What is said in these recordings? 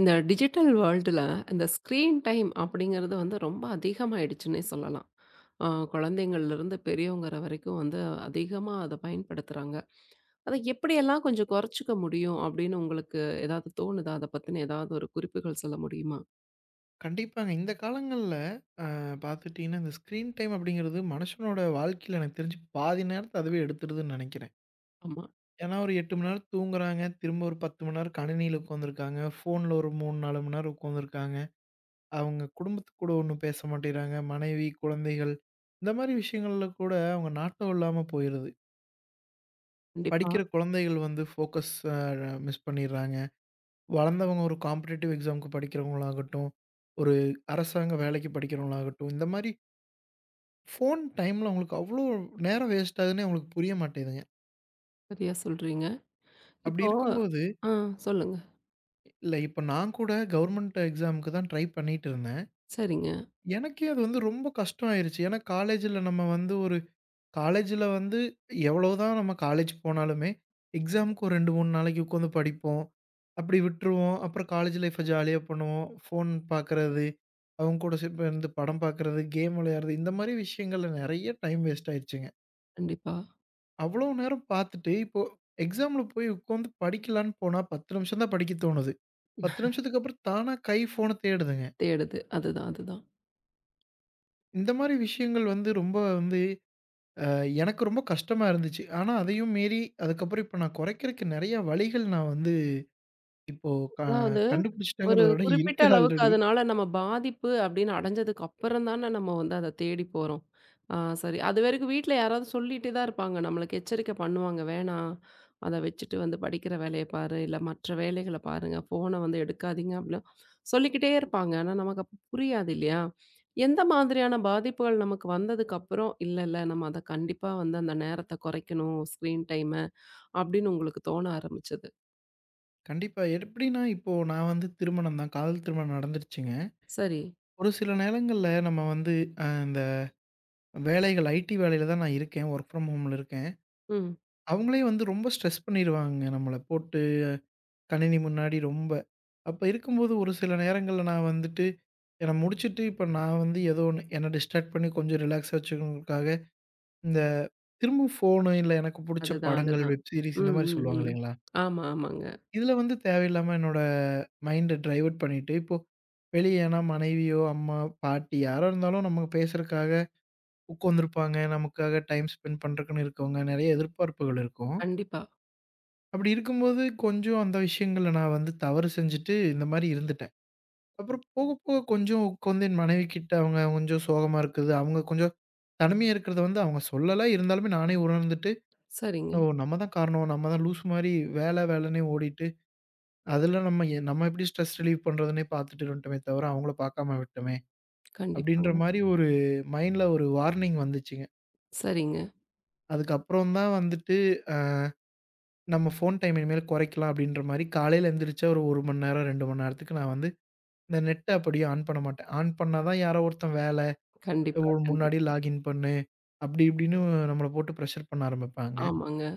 இந்த டிஜிட்டல் வேர்ல்டுல இந்த screen time அப்படிங்கிறது வந்து ரொம்ப அதிகமாயிடுச்சுன்னே சொல்லலாம். அ குழந்தைங்கள்லேருந்து பெரியவங்கற வரைக்கும் வந்து அதிகமா அத பயன்படுத்துறாங்க. அத எப்படியெல்லாம் கொஞ்சம் குறைச்சுக்க முடியும் அப்படின்னு உங்களுக்கு ஏதாவது தோணுதா? அத பத்தின ஏதாவது ஒரு குறிப்புகள் சொல்ல முடியுமா? கண்டிப்பாங்க. இந்த காலங்கள்ல அ பார்த்துட்டீங்கன்னா, இந்த ஸ்க்ரீன் டைம் அப்படிங்கிறது மனுஷனோட வாழ்க்கையில எனக்கு தெரிஞ்சு பாதி நேரத்த அதுவே எடுத்துடுதுன்னு நெனைக்கிறேன். ஆமா. ஏன்னா, ஒரு 8 மணி நேரம் தூங்குறாங்க. திரும்ப ஒரு 10 மணி நேரம் கணினியில உட்காந்துருக்காங்க. ஃபோன்ல ஒரு 3, 4 மணி நேரம் உட்காந்துருக்காங்க. அவங்க குடும்பத்து கூட ஒண்ணும் பேச மாட்டேங்கிறாங்க. மனைவி, குழந்தைகள் இந்த மாரி விஷயங்கள்ல கூட அவங்க நாட்டம் இல்லாம போயிருது. கண்டிப்பா. படிக்கிற குழந்தைகள் வந்து ஃபோக்கஸ் மிஸ் பண்ணிடுறாங்க. வளர்ந்தவங்க ஒரு காம்படிட்டிவ் எக்ஸாம்க்கு படிக்கிறவங்களாகட்டும், ஒரு அரசாங்க வேலைக்கு படிக்கிறவங்களாகட்டும், இந்த மாரி ஃபோன் டைம்ல உங்களுக்கு அவ்ளோ நேரம் வேஸ்ட் ஆகுதுன்னே அவங்களுக்கு புரிய மாட்டேங்குதுங்க. சரியா சொல்றீங்க. அப்படி இப்போ இருக்கும்போது, ஆ சொல்லுங்க. இல்ல இப்ப நான் கூட கவர்மெண்ட் எக்ஸாம்க்கு தான் ட்ரை பண்ணிட்டு இருந்தேன். சரிங்க. எனக்கே அது வந்து ரொம்ப கஷ்டம் ஆயிருச்சு. ஏன்னா காலேஜ்ல நம்ம வந்து ஒரு காலேஜ்ல வந்து எவ்வளோதான் நம்ம காலேஜ் போனாலுமே, எக்ஸாம்க்கு ஒரு 2, 3 நாளைக்கு உட்காந்து படிப்போம். அப்படி விட்டுருவோம். அப்புறம் காலேஜ் லைஃப்ப ஜாலியா பண்ணுவோம். ஃபோன் பார்க்கறது, அவங்க கூட சேர்ந்து படம் பார்க்கறது, கேம் விளையாடுறது இந்த மாரி விஷயங்கள்ல நெறைய டைம் வேஸ்ட் ஆயிருச்சுங்க. கண்டிப்பா. அவ்வளோ நேரம் பார்த்துட்டு, இப்போ எக்ஸாம்ல போய் உட்காந்து படிக்கலான்னு போனா 10 நிமிஷம் தான் படிக்க தோணுது. 10 நிமிஷத்துக்கு அப்புறம் தானா கை ஃபோன தேடுதுங்க. தேடுது. அதுதான், அதுதான். இந்த மாரி விஷயங்கள் வந்து ரொம்ப வந்து அ எனக்கு ரொம்ப கஷ்டமா இருந்துச்சு. ஆனா அதையும் மீறி அதுக்கப்புறம் இப்போ நான் குறைக்கிறக்கு நெறைய வழிகள் நான் வந்து இப்போ க அதாவது ஒரு கண்டுபிடிச்சுட்டேங்கிறத விட குறிப்பிட்ட இருக்கு அளவுக்கு ஆல்ரெடி. அதனால நம்ம பாதிப்பு அப்படின்னு அடைஞ்சதுக்கு அப்புறம் தானே நம்ம வந்து அத தேடி போறோம். ஆ சரி. அதுவரைக்கும் வீட்ல யாராவது சொல்லிட்டே தான் இருப்பாங்க. நம்மளுக்கு எச்சரிக்கை பண்ணுவாங்க. வேணாம். அத வச்சுட்டு வந்து படிக்கிற வேலைய பாரு. இல்ல மற்ற வேலைகள பாருங்க. ஃபோன வந்து எடுக்காதீங்க அப்படிலாம் சொல்லிக்கிட்டே இருப்பாங்க. ஆனா நமக்கு அப்ப புரியாது இல்லையா? எந்த மாதிரியான பாதிப்புகள் நமக்கு வந்ததுக்கு அப்புறம், இல்ல இல்ல நம்ம அத கண்டிப்பா வந்து அந்த நேரத்த குறைக்கணும். ஸ்க்ரீன் டைம அப்படின்னு உங்களுக்கு தோண ஆரம்பிச்சது? கண்டிப்பா. எப்படின்னா இப்போ நான் வந்து திருமணம் தான் காதல் திருமணம் நடந்துருச்சுங்க. சரி. ஒரு சில நேரங்கள்ல நம்ம வந்து இந்த வேலைகள் ஐடி வேலையில தான் நான் இருக்கேன். வொர்க் ஃப்ரம் ஹோம்ல இருக்கேன். ம். அவங்களே வந்து ரொம்ப ஸ்ட்ரெஸ் பண்ணிருவாங்கங்க. நம்மள போட்டு கணினி முன்னாடி ரொம்ப. அப்ப இருக்கும்போது ஒரு சில நேரங்கள்ல நான் வந்துட்டு நான் முடிச்சுட்டு இப்ப நான் வந்து ஏதோ ஒண்ணு என்ன டிஸ்ட்ராக்ட் பண்ணி கொஞ்சம் ரிலாக்ஸா வச்சுக்கணுங்கிறதுக்காக, இந்த திரும்பவும் ஃபோனு இல்ல எனக்கு புடிச்ச அதுதான், படங்கள், அதுதான். வெப் சீரிஸ் இந்த ம், மாரி ம், சொல்லுவாங்க ம். இல்லைங்களா? ஆமா, ஆமாங்க. இதுல வந்து தேவையில்லாம என்னோட மைண்ட டைவர்ட் பண்ணிட்டு, இப்போ வெளிய ஏன்னா மனைவியோ, அம்மா, பாட்டி யாரா இருந்தாலும் நம்ம பேசுறதுக்காக உட்காந்துருப்பாங்க. நமக்காக டைம் ஸ்பெண்ட் பண்றதுக்குன்னு இருக்கவங்க. நெறைய எதிர்பார்ப்புகள் இருக்கும். கண்டிப்பா. அப்படி இருக்கும்போது, கொஞ்சம் அந்த விஷயங்கள்ல நான் வந்து தவறு செஞ்சுட்டு, இந்த மாரி இருந்துட்டேன். அப்புறம் போக, போக கொஞ்சம் உட்காந்து என் மனைவிகிட்ட அவங்க கொஞ்சம் சோகமா இருக்குது. அவங்க கொஞ்சம் தனிமையா இருக்கிறத வந்து அவங்க சொல்லல. இருந்தாலுமே நானே உணர்ந்துட்டு, சரிங்க. "ஓ! நம்ம தான் காரணம். நம்ம தான் லூசு மாரி வேலைன்னே ஓடிட்டு, அதில நம்ம எப்படி ஸ்ட்ரெஸ் ரிலீவ் பண்ணுறதுன்னே பார்த்துட்டு இருந்துட்டோமே தவிர, அவங்கள பார்க்காம விட்டோமே!" அப்படின்ற கண்டிப்பாங்க. மாரி ஒரு மைண்ட்ல ஒரு வார்னிங் வந்துச்சுங்க. சரிங்க. அதுக்கப்புறம் தான் வந்துட்டு, அ நம்ம ஃபோன் டைம் இனிமேல் குறைக்கலாம் அப்படின்ற மாரி காலையில எந்திரிச்சா ஒரு 1 மணி நேரம், 2 மணி நேரத்துக்கு நான் வந்து இந்த நெட்ட அப்படியே ஆன் பண்ண மாட்டேன். ஆன் பண்ணா தான் யாரோ ஒருத்தன் வேல, கண்டிப்பா, ஒரு முன்னாடி கண்டிப்பா. லாகின் பண்ணு, அப்படி இப்படின்னு நம்மள போட்டு ப்ரெஷர் பண்ண ஆரம்பிப்பாங்க. ஆமாங்க.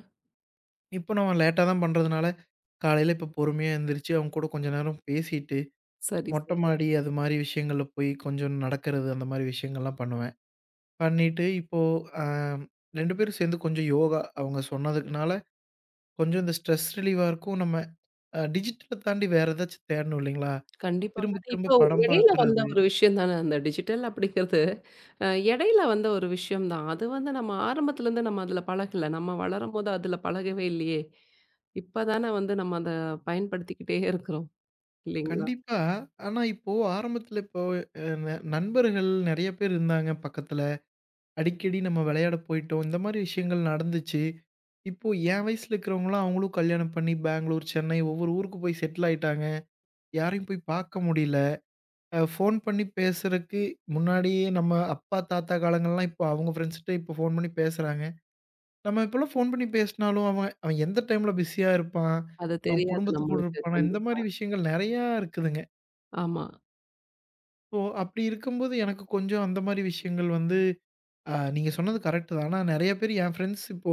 இப்போ நம்ம லேட்டா தான் பண்றதுனால, காலையில இப்போ பொறுமையா எந்திரிச்சு அவங்க கூட கொஞ்ச நேரம் பேசிட்டு, சரி, சரி. மொட்டை மாடி அது மாரி விஷயங்கள்ல போய் கொஞ்சம் நடக்கிறது, அந்த மாரி விஷயங்கள்லாம் பண்ணுவேன். பண்ணிட்டு இப்போ அ 2 பேரும் சேர்ந்து கொஞ்சம் யோகா அவங்க சொன்னதுக்குனால, கொஞ்சம் இந்த ஸ்ட்ரெஸ் ரிலீவா இருக்கும். நம்ம டிஜிட்டல தாண்டி வேற ஏதாச்சும் தேடணும் இல்லைங்களா? கண்டிப்பாங்க. திரும்ப அது திரும்ப இப்போ படம் இடையில வந்த பார்க்கறது ஒரு விஷயம் தானே அந்த டிஜிட்டல் அப்படிங்கிறது. அ இடையில வந்த ஒரு விஷயம் தான். அது வந்து நம்ம ஆரம்பத்துலேருந்து நம்ம அதில பழகல. நம்ம வளரும்போது அதில பழகவே இல்லையே! இப்ப தானே வந்து நம்ம அத பயன்படுத்திக்கிட்டே இருக்கிறோம். இல்லைங்களா? கண்டிப்பா. ஆனா இப்போ ஆரம்பத்துல இப்போ அ ந நண்பர்கள் நெறைய பேர் இருந்தாங்க பக்கத்துல. அடிக்கடி நம்ம விளையாட போயிட்டோம். இந்த மாரி விஷயங்கள் நடந்துச்சு. இப்போ என் வயசுல இருக்கிறவங்கலாம் அவங்களும் கல்யாணம் பண்ணி பெங்களூர், சென்னை ஒவ்வொரு ஊருக்கு போய் செட்டில் ஆயிட்டாங்க. யாரையும் போய் பார்க்க முடியல. ஃபோன் பண்ணி பேசுறக்கு முன்னாடியே நம்ம அப்பா, தாத்தா காலங்கள்லாம் இப்போ அவங்க ஃப்ரெண்ட்ஸ்ட்ட இப்போ ஃபோன் பண்ணி பேசுறாங்க. நம்ம இப்போலாம் ஃபோன் பண்ணி பேசினாலும் அவன் அவன் எந்த டைம்ல பிஸியா இருப்பான்? அது அவன் தெரியாது குடும்பத்து கூட நம்மளுக்கு. இருப்பானா? இந்த மாரி கண்டிப்பா. விஷயங்கள் நெறையா இருக்குதுங்க. ஆமா. ஓ! அப்படி இருக்கும்போது எனக்கு கொஞ்சம் அந்த மாரி விஷயங்கள் வந்து நீங்க சொன்னது கரெக்ட் தான். ஆனா நெறைய பேர் என் ஃப்ரெண்ட்ஸ் இப்போ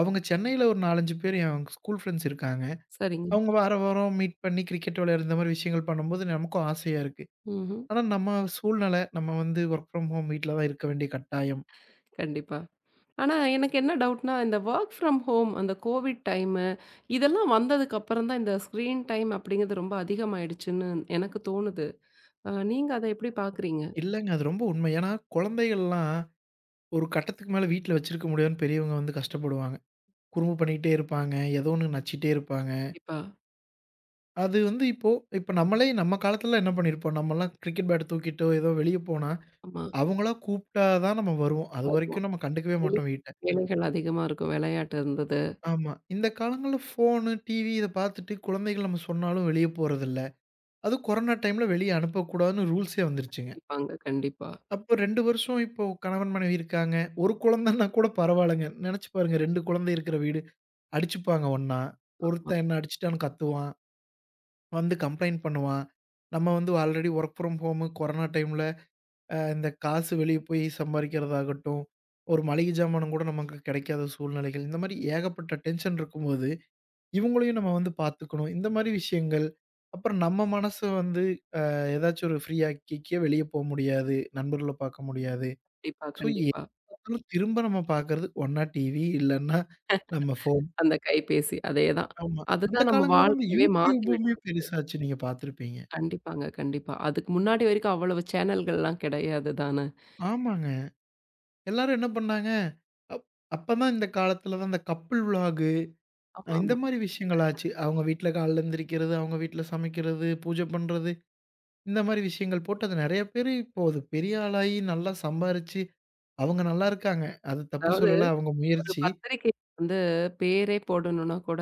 அவங்க சென்னையில ஒரு 4, 5 பேர் என் ஸ்கூல் ஃப்ரெண்ட்ஸ் இருக்காங்க. சரிங்க. அவங்க வார வாரம் மீட் பண்ணி கிரிக்கெட் விளையாடுற இந்த மாரி விஷயங்கள் பண்ணும்போது நமக்கும் ஆசையா இருக்கு. ம்ஹ்ம். ஆனா நம்ம சூழ்நிலை நம்ம வந்து ஒர்க் ஃப்ரம் ஹோம் வீட்ல தான் இருக்க வேண்டிய கட்டாயம். கண்டிப்பா. ஆனா, எனக்கு என்ன டவுட்னா, இந்த வொர்க் ஃப்ரம் ஹோம் அந்த கோவிட் டைமு, இதெல்லாம் வந்ததுக்கு அப்புறம் தான் இந்த ஸ்க்ரீன் டைம் அப்படிங்கிறது ரொம்ப அதிகமாயிடுச்சுன்னு எனக்கு தோணுது. நீங்க அத எப்படி பார்க்குறீங்க? இல்லங்க அது ரொம்ப உண்மை. ஏன்னா குழந்தைகள்லாம் ஒரு கட்டத்துக்கு மேல வீட்ல வச்சிருக்க முடியாதுன்னு பெரியவங்க வந்து கஷ்டப்படுவாங்க. குறும்பு பண்ணிக்கிட்டே இருப்பாங்க. ஏதோ ஒண்ணு நச்சுட்டே இருப்பாங்க. கண்டிப்பா. அது வந்து இப்போ இப்ப நம்மளே நம்ம காலத்துலலாம் என்ன பண்ணியிருப்போம், நம்மலாம் கிரிக்கெட் பேட் தூக்கிட்டோ, ஏதோ வெளிய போனா, ஆமா. அவங்களா கூப்ட்டா தான் நம்ம வருவோம். வருவோம். அதுவரைக்கும் நம்ம கண்டுக்கவே வெளி மாட்டோம் வீட்ட. வேலைகள் அதிகமா இருக்கும். விளையாட்டு இருந்தது. ஆமா. இந்த காலங்கள்ல ஃபோனு, டிவி இத பார்த்துட்டு குழந்தைகள் நம்ம சொன்னாலும் வெளிய போறதில்ல. அதுவும் கொரோனா டைம்ல வெளிய அனுப்பக்கூடாதுன்னு ரூல்ஸே வந்துருச்சுங்க. கண்டிப்பாங்க. கண்டிப்பா. அப்போ 2 வருஷம் இப்போ கணவன், மனைவி இருக்காங்க. ஒரு குழந்தைன்னா கூட பரவால்லங்க. நெனச்சு பாருங்க 2 குழந்தை இருக்கிற வீடு. அடிச்சுப்பாங்க ஒண்ணா. ஆமா. ஒருத்தன் என்ன அடிச்சுட்டான்னு கத்துவான். வந்து கம்ப்ளைண்ட் பண்ணுவான். நம்ம வந்து already work from home corona டைம்ல இந்த காசு வெளிய போய் சம்பாரிக்கிறதாகட்டும், ஒரு மளிகை ஜாமானும் கூட நமக்கு கிடைக்காத சூழ்நிலைகள். இந்த மாரி ஏகப்பட்ட டென்ஷன் இருக்கும்போது, இவங்களையும் நம்ம வந்து பார்த்துக்கணும். இந்த மாரி விஷயங்கள். அப்புறம் நம்ம மனச வந்து ஏதாச்சும் ஒரு ஃப்ரீ ஆக்கிக்க வெளிய போ முடியாது. நண்பர்கள பார்க்க முடியாது. கண்டிப்பா, ஸோ எது கண்டிப்பா. பார்த்தாலும் திரும்ப நம்ம பார்க்கறது ஒண்ணா டிவி இல்லன்னா நம்ம ஃபோன். அந்த கைபேசி அதேதான். ஆமா. அந்த அதுதான் நம்ம காலங்கள்ல தான் இந்த வாழ்க்கையவே மாத்தி YouTubeமே விட்டுருது. பெருசாச்சு. நீங்க பார்த்துருப்பீங்க. கண்டிப்பாங்க, கண்டிப்பா. அதுக்கு முன்னாடி வரைக்கும் அவ்வளவு சேனல்கள்லாம் கிடையாது தானே? ஆமாங்க. எல்லாரும் என்ன பண்ணாங்க, அப் அப்பதான் இந்த காலத்துல தான் இந்த கப்புல் விளாக் இந்த ஆமாமா. மாரி விஷயங்களாச்சு. அவங்க வீட்ல காலைல எந்திரிக்கிறது, அவங்க வீட்ல சமைக்கிறது, பூஜை பண்றது, இந்த மாரி விஷயங்கள் போட்டு அது நெறைய பேரு இப்போ அது பெரிய ஆளாகி நல்லா சம்பாரிச்சு, அவங்க நல்லா இருக்காங்க. அது தப்பு அதாவது சொல்லல அவங்க ஒரு முயற்சி. பத்திரிக்கை வந்து பேரே போடணும்னா கூட,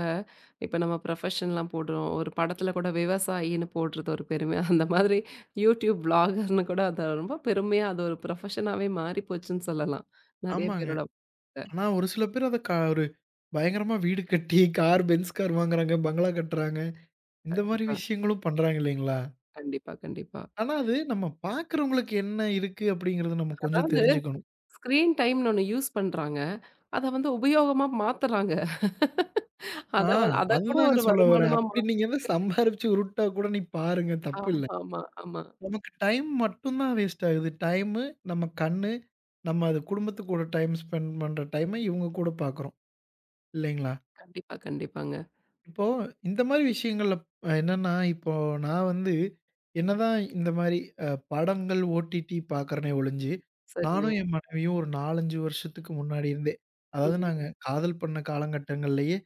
இப்ப நம்ம ப்ரொஃபஷன்லாம் போடுறோம். ஒரு படத்துல கூட விவசாயின்னு போடுறது ஒரு பெருமை. அந்த மாதிரி யூடியூப் வ்ளாகர்ன்னு கூட அத ரொம்ப பெருமையா அது ஒரு ப்ரொஃபஷனாவே மாறி போச்சுன்னு சொல்லலாம். நெறைய ஆமாங்க. பேரோட வாழ்க்கையில. ஆனா ஒரு சில பேர் அத ஒரு பயங்கரமா வீடு கட்டி, கார், பென்ஸ் கார் வாங்குறாங்க, பங்களா கட்டுறாங்க. இந்த மாரி கண்டிப்பா, விஷயங்களும் பண்றாங்க இல்லைங்களா? கண்டிப்பா, கண்டிப்பா. ஆனா அது நம்ம பார்க்குறவங்களுக்கு என்ன இருக்கு அப்படிங்கிறது நம்ம கொஞ்சம் அதாவது தெரிஞ்சுக்கணும். ஸ்க்ரீன் டைம்ன்னு ஒண்ணு யூஸ் பண்றாங்க. அத வந்து உபயோகமா மாத்துறாங்க. அத ஆ வந்து அத கூட அதுதாங்க ஒரு சொல்ல வரேன். வருமானமா அப்படி நீங்க எதுவும் சம்பாரிச்சு உருட்டா கூட நீ பாருங்க ஆமா, தப்பில்ல. ஆமா, ஆமா. நமக்கு டைம் மட்டும் தான் வேஸ்ட் ஆகுது. டைமு, நம்ம கண்ணு, நம்ம அது குடும்பத்து கூட டைம் ஸ்பெண்ட் பண்ற டைம இவங்க கூட பார்க்குறோம். இல்லைங்களா? கண்டிப்பா, கண்டிப்பாங்க. இப்போ இந்த மாரி விஷயங்கள்ல என்னன்னா, இப்போ நான் வந்து என்னதான் இந்த மாரி படங்கள் ஓடிடி பார்க்குறேனே ஒழிஞ்சு, சரிங்க. நானும் என் மனைவியும் ஒரு 4, 5 வருஷத்துக்கு முன்னாடி இருந்தே, அதாவது ம். நாங்க காதல் பண்ண காலகட்டங்கள்லயே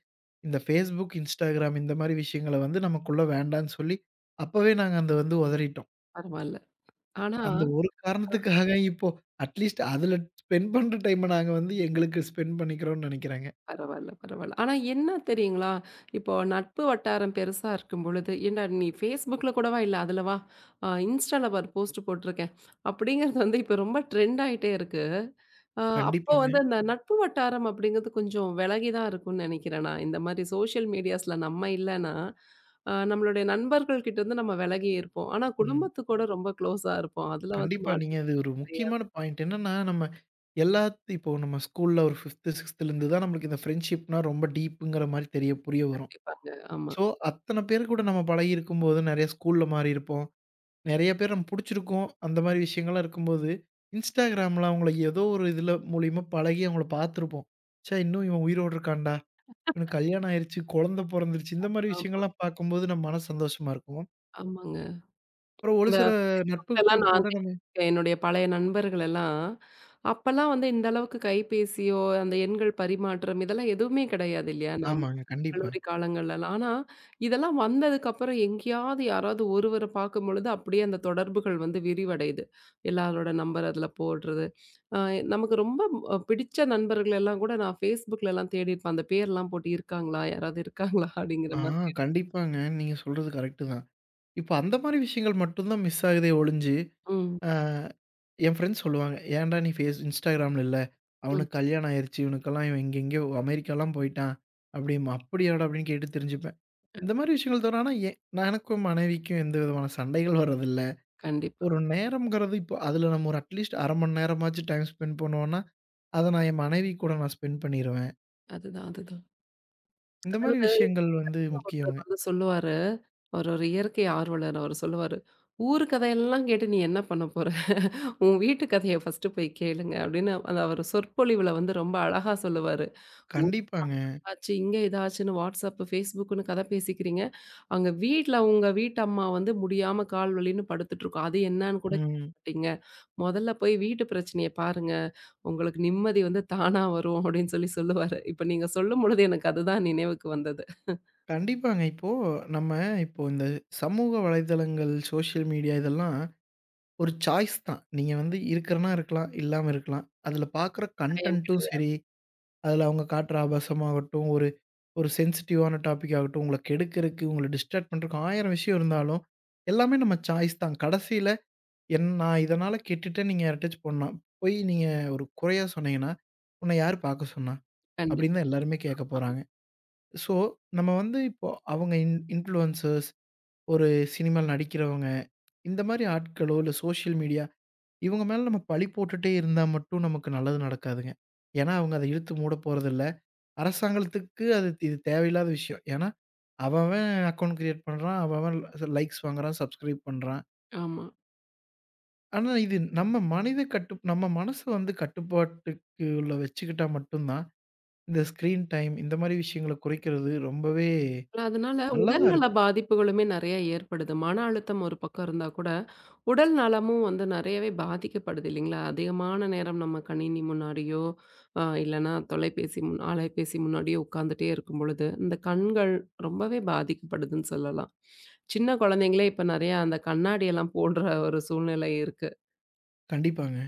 இந்த Facebook, Instagram இந்த மாரி விஷயங்கள வந்து நமக்குள்ள வேண்டான்னு சொல்லி, அப்பவே நாங்க அத வந்து உதறிட்டோம். பரவால்ல. ஆனா அந்த ஒரு காரணத்துக்காக இப்போ அட்லீஸ்ட் அதுல ஸ்பெண்ட் பண்ற டைம நாங்க வந்து எங்களுக்கு ஸ்பெண்ட் பண்ணிக்கிறோம்னு நினைக்கிறாங்க. பரவால்ல, பரவால்ல. ஆனா என்ன தெரியுங்களா? இப்போ நட்பு வட்டாரம் பெருசா இருக்கும் பொழுது, "ஏன்டா நீ Facebookல கூடவா இல்ல? அதுல வா. Instaல பாரு போஸ்ட் போட்டுருக்கேன்." அப்படிங்கிறது வந்து இப்ப ரொம்ப ட்ரெண்ட் ஆயிட்டே இருக்கு. அ அப்போ கண்டிப்பாங்க. வந்து அந்த நட்பு வட்டாரம் அப்படிங்கிறது கொஞ்சம் விலகி தான் இருக்கும்னு நினைக்கிறேன் நான். இந்த மாரி சோஷியல் மீடியாஸ்ல நம்ம இல்லன்னா, நம்மளுடைய நண்பர்கள் கிட்டருந்து நம்ம விலகி இருப்போம். ஆனா ம். குடும்பத்து கூட ரொம்ப க்ளோஸா இருப்போம். அதுல வந்து கண்டிப்பா மாற்று நீங்க அது ஒரு கிடையாது. முக்கியமான பாயிண்ட். என்னன்னா நம்ம எல்லாத்து இப்போ நம்ம ஸ்கூல்ல ஒரு 5த், 6த்லேருந்து தான் நம்மளுக்கு இந்த ஃப்ரெண்ட்ஷிப்னா ரொம்ப டீப்புங்கிற மாரி தெரிய புரிய வரும். கண்டிப்பாங்க. ஆமா, ஸோ அத்தன பேர் கூட நம்ம பழகி இருக்கும்போது நெறைய ஸ்கூல்ல மாறியிருப்போம். நெறைய பேர் நம்ம புடிச்சிருக்கோம். அந்த மாரி விஷயங்கள்லாம் இருக்கும்போது, Instagramல அவங்கள ஏதோ ஒரு இதுல மூலியமா பழகி அவங்கள பார்த்துருப்போம். ச்சே! இன்னும் இவன் உயிரோட இருக்கான்டா. எனக்கு கல்யாணம் ஆயிருச்சு, குழந்த பொறந்துருச்சு. இந்த மாரி ஆமா, விஷயங்கள்லாம் பார்க்கும்போது நம்ம மனசு சந்தோஷமா இருக்கும். ஆமாங்க. அப்புறம் ஒரு இந்த சில எல்லாம் நட்புகள் நான் தான் கூட நம்ம இருக்கேன். என்னுடைய பழைய நண்பர்கள் எல்லாம், அப்பல்லாம் வந்து இந்த அளவுக்கு கைபேசியோ, அந்த எண்கள் பரிமாற்றம் இதெல்லாம் எதுவுமே கிடையாது இல்லையா? நம்ம ஆமாங்க, கண்டிப்பா. கல்லூரி காலங்கள்லலாம். ஆனா, இதெல்லாம் வந்ததுக்கப்புறம் எங்கேயாவது யாராவது ஒருவர பார்க்கும்பொழுது, அப்படியே அந்த தொடர்புகள் வந்து விரிவடையுது. எல்லாரோட நம்பர் அதில போடுறது. அ நமக்கு ரொம்ப பிடிச்ச நண்பர்கள் எல்லாம் கூட நான் Facebookலலாம் தேடியிருப்பேன். அந்த பேர்லாம் போட்டு இருக்காங்களா? யாராவது இருக்காங்களா? ஆ அப்படிங்கிற மாதிரி. கண்டிப்பாங்க. நீங்க சொல்றது கரெக்ட்டு தான். இப்ப அந்த மாரி விஷயங்கள் மட்டும் தான் மிஸ் ஆகுதே ஒழிஞ்சு, ம், அ என் ஃப்ரெண்ட்ஸ் சொல்லுவாங்க, "ஏன்டா நீ ஃபேஸ் இன்ஸ்டாகிராம்ல இல்ல? ம். அவனுக்கு கல்யாணம் ஆயிருச்சு. இவனுக்கெல்லாம் இவன் எங்கெங்கேயோ அமெரிக்காலாம் போயிட்டான்." அப்படிம்பா. "அப்படியாடா?" அப்படின்னு கேட்டு தெரிஞ்சுப்பேன். இந்த மாரி விஷயங்கள் தவிர ஆனா எனக்கும் மனைவிக்கும் எந்த விதமான சண்டைகள் வர்றதில்ல. கண்டிப்பா. ஒரு நேரம்ங்கிறது இப்போ அதில நம்ம ஒரு அட்லீஸ்ட் 1/2 மணி நேரமாச்சும் டைம் ஸ்பெண்ட் பண்ணுவோம்னா, அத நான் என் மனைவி கூட நான் ஸ்பெண்ட் பண்ணிருவேன். அதுதான், அதுதான். இந்த மாரி அதாவது விஷயங்கள் வந்து ஒருத்தர் முக்கியங்க. வந்து சொல்லுவாரு. அவர் ஒரு இயற்கை ஆர்வலர். அவரு சொல்லுவாரு. ஊரு கதையெல்லாம் கேட்டு நீ என்ன பண்ண போற? உன் வீட்டு கதைய ஃபர்ஸ்ட்டு போய் கேளுங்க அப்படின்னு அந்த அவரு சொற்பொழிவுல வந்து ரொம்ப அழகா சொல்லுவாரு. ஊர் கண்டிப்பாங்க. ஆச்சு, இங்க இதாச்சுன்னு WhatsApp, Facebookன்னு கதை பேசிக்கிறீங்க. அங்க வீட்ல உங்க வீட்டு அம்மா வந்து முடியாம கால் வலின்னு படுத்துட்டு இருக்கும். அது என்னன்னு கூட கேட்க ம். மாட்டீங்க. முதல்ல போய் வீட்டு பிரச்சனைய பாருங்க. உங்களுக்கு நிம்மதி வந்து தானா வரும் அப்படின்னு சொல்லி சொல்லுவாரு. இப்ப நீங்க சொல்லும் பொழுது எனக்கு அதுதான் நினைவுக்கு வந்தது. கண்டிப்பாங்க. இப்போ நம்ம இப்போ இந்த சமூக வலைதளங்கள், சோஷியல் மீடியா இதெல்லாம் ஒரு சாய்ஸ் தான். நீங்க வந்து இருக்கிறனா இருக்கலாம், இல்லாம இருக்கலாம். அதில பார்க்குற கயம் கன்டென்ட்டும் கிடையாது. சரி, அதில அவங்க காட்டுற ஆபாசமாகட்டும், ஒரு ஒரு சென்சிட்டிவான டாபிக் ஆகட்டும், உங்கள கெடுக்கிறக்கு, உங்கள டிஸ்ட்ராக்ட் பண்றக்கு 1000 விஷயம் இருந்தாலும், எல்லாமே நம்ம சாய்ஸ் தான். கடைசியில என் நான் இதனால கெட்டுட்டேன்னு நீங்க யார்ட்டயாச்சும் போனா, போய் நீங்க ஒரு குறையா சொன்னீங்கன்னா, "உன்ன யாரு பார்க்க சொன்னா?" கண்டிப்பா. அப்படின்னு தான் எல்லாருமே கேட்கப் போறாங்க. ஸோ, நம்ம வந்து இப்போ அவங்க இன்ஃப்ளூயன்சர்ஸ், ஒரு சினிமால நடிக்கிறவங்க, இந்த மாரி ஆட்களோ, இல்ல சோசியல் மீடியா இவங்க மேல நம்ம பழி போட்டுட்டே இருந்தா மட்டும் நமக்கு நல்லது நடக்காதுங்க. ஏன்னா, அவங்க அத இழுத்து மூடப் போறதில்ல. அரசாங்கத்துக்கு அது இது தேவையில்லாத விஷயம். ஏன்னா, அவன் அவன் அக்கவுண்ட் கிரியேட் பண்றான். அவன் அவன் லைக்ஸ் வாங்குறான், சப்ஸ்கிரைப் பண்றான். ஆமா. ஆனா, இது நம்ம மனித கட்டு நம்ம மனசு வந்து கட்டுப்பாட்டுக்கு உள்ள வச்சுக்கிட்டா மட்டும் தான், இந்த ஸ்க்ரீன் டைம் இந்த மாரி விஷயங்கள குறைக்கிறது ரொம்பவே அதனால நல்லதா உடல்நல இருக்கும். பாதிப்புகளுமே நெறைய ஏற்படுது. மன அழுத்தம் ஒரு பக்கம் இருந்தா கூட, உடல் நலமும் வந்து நெறையவே பாதிக்கப்படுது இல்லைங்களா? அதிகமான நேரம் நம்ம கணினி முன்னாடியோ, இல்லன்னா தொலைபேசி அலைபேசி முன்னாடியோ உட்காந்துட்டே இருக்கும் பொழுது, இந்த கண்கள் ரொம்பவே பாதிக்கப்படுதுன்னு சொல்லலாம். சின்ன குழந்தைங்களே இப்ப நெறையா அந்த கண்ணாடியெல்லாம் போடுற ஒரு சூழ்நிலை இருக்கு. கண்டிப்பாங்க.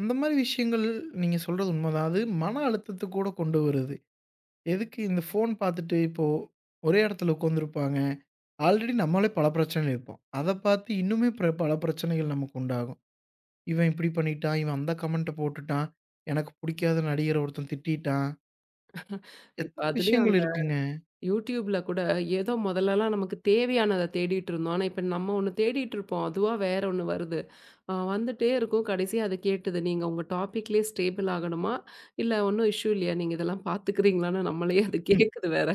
அந்த மாரி விஷயங்கள் நீங்க சொல்றது உண்மதான். அது மன அழுத்தத்த கூட கொண்டு வருது. எதுக்கு இந்த ஃபோன் பார்த்துட்டு இப்போ ஒரே இடத்துல உட்காந்துருப்பாங்க. ஆல்ரெடி நம்மளே பல பிரச்சனையில இருப்போம். அத பார்த்து இன்னுமே பிற பல பிரச்சனைகள் நமக்கு உண்டாகும். இவன் இப்படி பண்ணிட்டான், இவன் அந்த கமெண்ட்ட போட்டுட்டான், எனக்கு புடிக்காத நடிகர ஒருத்தன் திட்டிட்டான். இப்ப எத்தன அதுலயும் விஷயங்கள் இருக்குங்க. யூடியூப்ல கூட ஏதோ முதல்லலாம் நமக்கு தேவையானத தேடிட்டு இருந்தோம். ஆனா, இப்ப நம்ம ஒண்ணு தேடிட்டு இருப்போம். அதுவா வேற ஒண்ணு வருது. வந்துட்டே இருக்கும். கடைசியா அது கேட்டுது. "நீங்க உங்க டாபிக்லயே ஸ்டேபிள் ஆகணுமா? இல்ல ஒண்ணும் இஷ்யூ இல்லையா? நீங்க இதெல்லாம் பார்த்துக்கிறீங்களான்னு" நம்மளயே அது கேட்குது வேற.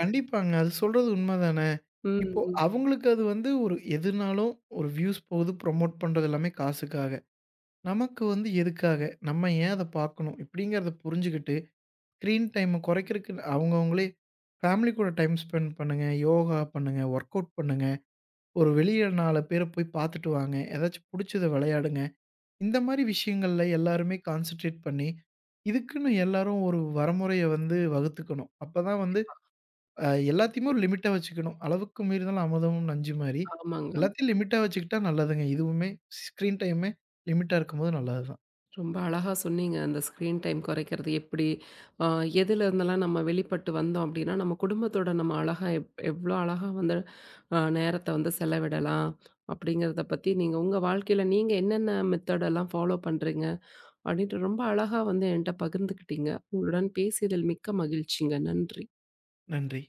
கண்டிப்பாங்க. அது சொல்றது உண்மதான. ம். இப்போ ம். அவங்களுக்கு அது வந்து ஒரு எதுனாலும் ஒரு வியூஸ் போகுது, ப்ரமோட் பண்றது எல்லாமே காசுக்காக. நமக்கு வந்து எதுக்காக? நம்ம ஏன் அத பார்க்கணும்? இப்படிங்கிறத புரிஞ்சுகிட்டு, ஸ்க்ரீன் டைம குறைக்கிறதுக்கு அவங்கவங்களே ஃபேமிலி கூட டைம் ஸ்பெண்ட் பண்ணுங்க, யோகா பண்ணுங்க, ஒர்க் அவுட் பண்ணுங்க, ஒரு வெளிய 4 பேர போய் பார்த்துட்டு வாங்க, ஏதாச்சும் புடிச்சத விளையாடுங்க. இந்த மாரி விஷயங்கள்ல எல்லாருமே கான்சன்ட்ரேட் பண்ணி, இதுக்குன்னு எல்லாரும் ஒரு வரமுறைய வந்து வகுத்துக்கணும். அப்பதான் வந்து எல்லாத்தையுமே ஒரு லிமிட்டா வச்சுக்கணும். அளவுக்கு மீறினால் அமிர்தமும் நஞ்சு மாரி. ஆமாங்க. எல்லாத்தையும் லிமிட்டா வச்சுக்கிட்டா நல்லதுங்க. இதுவுமே ஸ்க்ரீன் டைமே லிமிட்டா இருக்கும்போது நல்லது தான். ரொம்ப அழகா சொன்னீங்க. அந்த ஸ்க்ரீன் டைம் குறைக்கிறது எப்படி? அ எதுல இருந்தெல்லாம் நம்ம வெளிப்பட்டு வந்தோம் அப்படின்னா, நம்ம குடும்பத்தோட நம்ம அழகா எவ்வளோ அழகா வந்து நேரத்த வந்து செலவிடலாம் அப்படிங்கிறத பத்தி நீங்க உங்க வாழ்க்கையில நீங்க என்னென்ன மெத்தட் எல்லாம் ஃபாலோ பண்றீங்க அப்படின்ட்டு ரொம்ப அழகா வந்து என்ட்ட பகிர்ந்துக்கிட்டீங்க. உங்களுடன் பேசியதில் மிக்க மகிழ்ச்சிங்க. நன்றி. நன்றி.